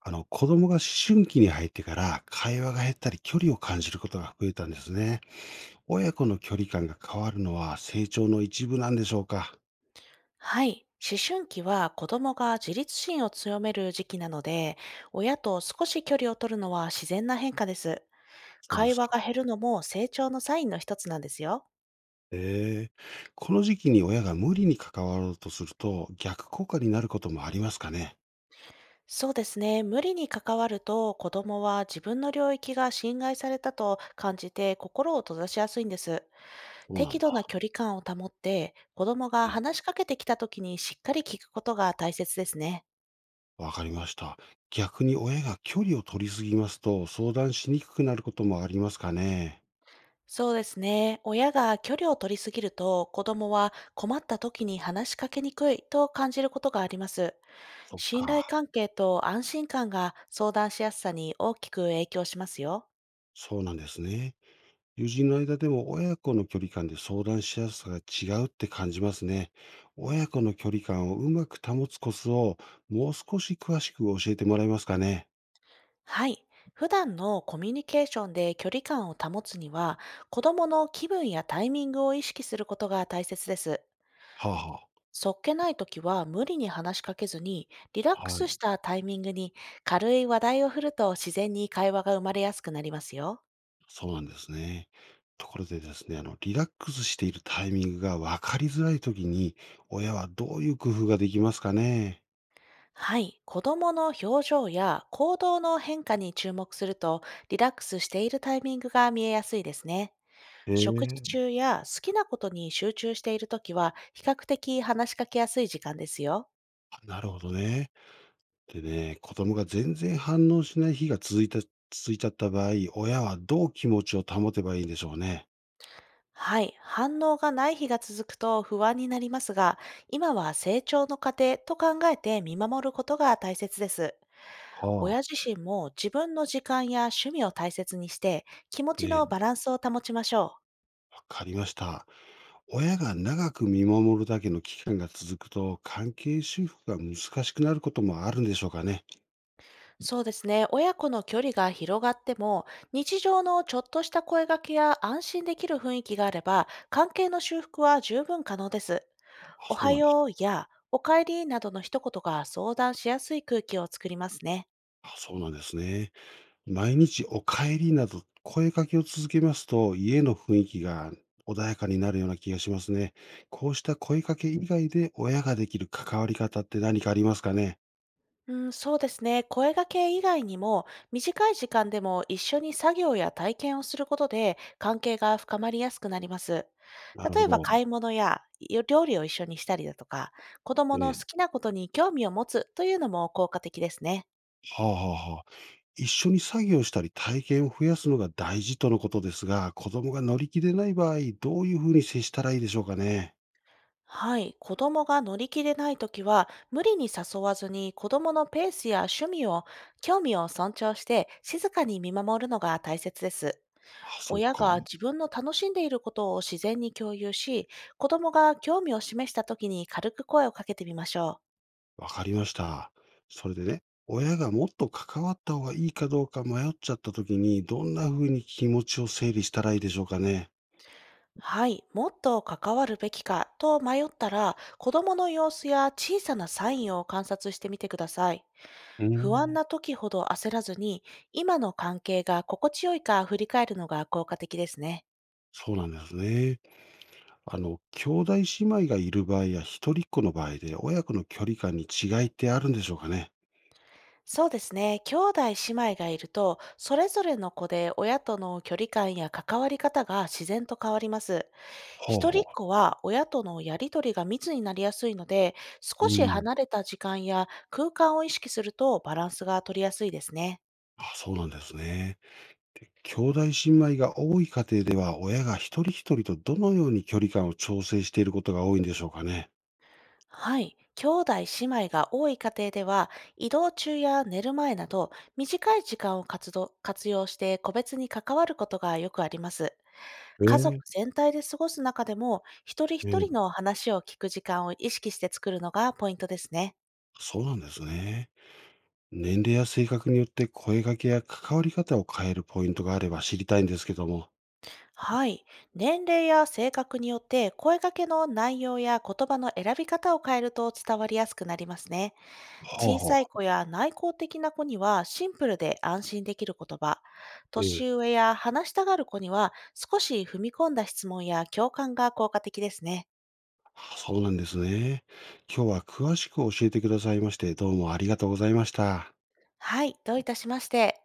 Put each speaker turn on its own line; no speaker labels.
子供が思春期に入ってから会話が減ったり距離を感じることが増えたんですね。親子の距離感が変わるのは成長の一部なんでしょうか？
はい。思春期は子供が自立心を強める時期なので、親と少し距離を取るのは自然な変化です。
そうで
会
す
話が
か。
減るのも成長のサインの一つなんですよ。
ええ。この時期に親が無理に関わろうとすると逆効果になることもありますかね？
そうですね。無理に関わると子供は自分の領域が侵害されたと感じて心を閉ざしやすいんです。
そうな
適
ん
度な
だ。
距離感を保って、子供が
ええ、
話しかけてきた時にしっかり聞くことが大切ですね。
わかりました。逆に親が距離を取りすぎますと相談しにくくなることもありますかね？
そうですね。親が距離を取りすぎると、子供は困った時に話しかけにくいと感じることがあります。
そっ
信頼
か。
関係と安心感が相談しやすさに大きく影響しますよ。
そうなんですね。友人の間でも親子の距離感で相談しやすさが違うって感じますね。親子の距離感をうまく保つコツを、もう少し詳しく教えてもらえますかね。
はい。普段のコミュニケーションで距離感を保つには、子供の気分やタイミングを意識することが大切です。
はあ、は
そっけない時は無理に話しかけずに、リラッ
あ、
ク
はい、
スしたタイミングに軽い話題を振ると自然に会話が生まれやすくなりますよ。
そうなんですね。ところでですね、リラックスしているタイミングが分かりづらいときに、親はどういう工夫ができますかね。
はい。子供の表情や行動の変化に注目すると、リラックスしているタイミングが見えやすいですね。食事
ええ。
中や好きなことに集中しているときは、比較的話しかけやすい時間ですよ。
あ、なるほどね。でね、子供が全然反応しない日が続いた、続いちゃった場合、親はどう気持ちを保てばいいんでしょうね。
はい。反応がない日が続くと不安になりますが、今は成長の過程と考えて見守ることが大切です。親
は
自
あ、
身も自分の時間や趣味を大切にして、気持ち
え
の
え、
バランスを保ちましょう。
わかりました。親が長く見守るだけの期間が続くと、関係修復が難しくなることもあるんでしょうかね。
そうですね。親子の距離が広がっても、日常のちょっとした声掛けや安心できる雰囲気があれば、関係の修復は十分可能です。
あ、
お
そう
は
なんです。
ようやおかえりなどの一言が相談しやすい空気を作りますね。
あ、そうなんですね。毎日お帰りなど声かけを続けますと、家の雰囲気が穏やかになるような気がしますね。こうした声かけ以外で親ができる関わり方って何かありますかね。
うん、そうですね。声掛け以外にも、短い時間でも一緒に作業や体験をすることで、関係が深まりやすくなります。
なる
例
ほ
えば、
ど。
買い物や料理を一緒にしたりだとか、子供
え
の
え。
好きなことに興味を持つというのも効果的ですね。
はあはあはあ。一緒に作業したり体験を増やすのが大事とのことですが、子供が乗り気でない場合、どういうふうに接したらいいでしょうかね。
はい。子供が乗り切れないときは、無理に誘わずに子供のペースや趣味を、興味を尊重して、静かに見守るのが大切です。
あ、そっ
親
か。
が自分の楽しんでいることを自然に共有し、子供が興味を示した時に軽く声をかけてみましょう。
わかりました。それでね、親がもっと関わった方がいいかどうか迷っちゃった時に、どんなふうに気持ちを整理したらいいでしょうかね。
はい、もっと関わるべきかと迷ったら、子供の様子や小さなサインを観察してみてください。
うー
不安
ん。
な時ほど焦らずに、今の関係が心地よいか振り返るのが効果的ですね。
そうなんですね。兄弟姉妹がいる場合や一人っ子の場合で、親子の距離感に違いってあるんでしょうかね。
そうですね。兄弟姉妹がいると、それぞれの子で親との距離感や関わり方が自然と変わります。
ほう
一人っ
ほ
子は親とのやりとりが密になりやすいので、
う。う
少し
ん。
離れた時間や空間を意識するとバランスが取りやすいですね。
あ、そうなんですね。で兄弟姉妹が多い家庭では、親が一人一人とどのように距離感を調整していることが多いんでしょうかね。
はい。兄弟姉妹が多い家庭では、移動中や寝る前など、短い時間を活動活用して個別に関わることがよくあります。
え
家族
え、
全体で過ごす中でも、一人
え
一
え。
人の話を聞く時間を意識して作るのがポイントですね。
そうなんですね。年齢や性格によって声掛けや関わり方を変えるポイントがあれば知りたいんですけども。
はい。年齢や性格によって声掛けの内容や言葉の選び方を変えると伝わりやすくなりますね。
は
小さい
は。
子や内向的な子にはシンプルで安心できる言葉。
え
年
え。
上や話したがる子には少し踏み込んだ質問や共感が効果的ですね。
そうなんですね。今日は詳しく教えてくださいまして、どうもありがとうございました。
はい。どういたしまして。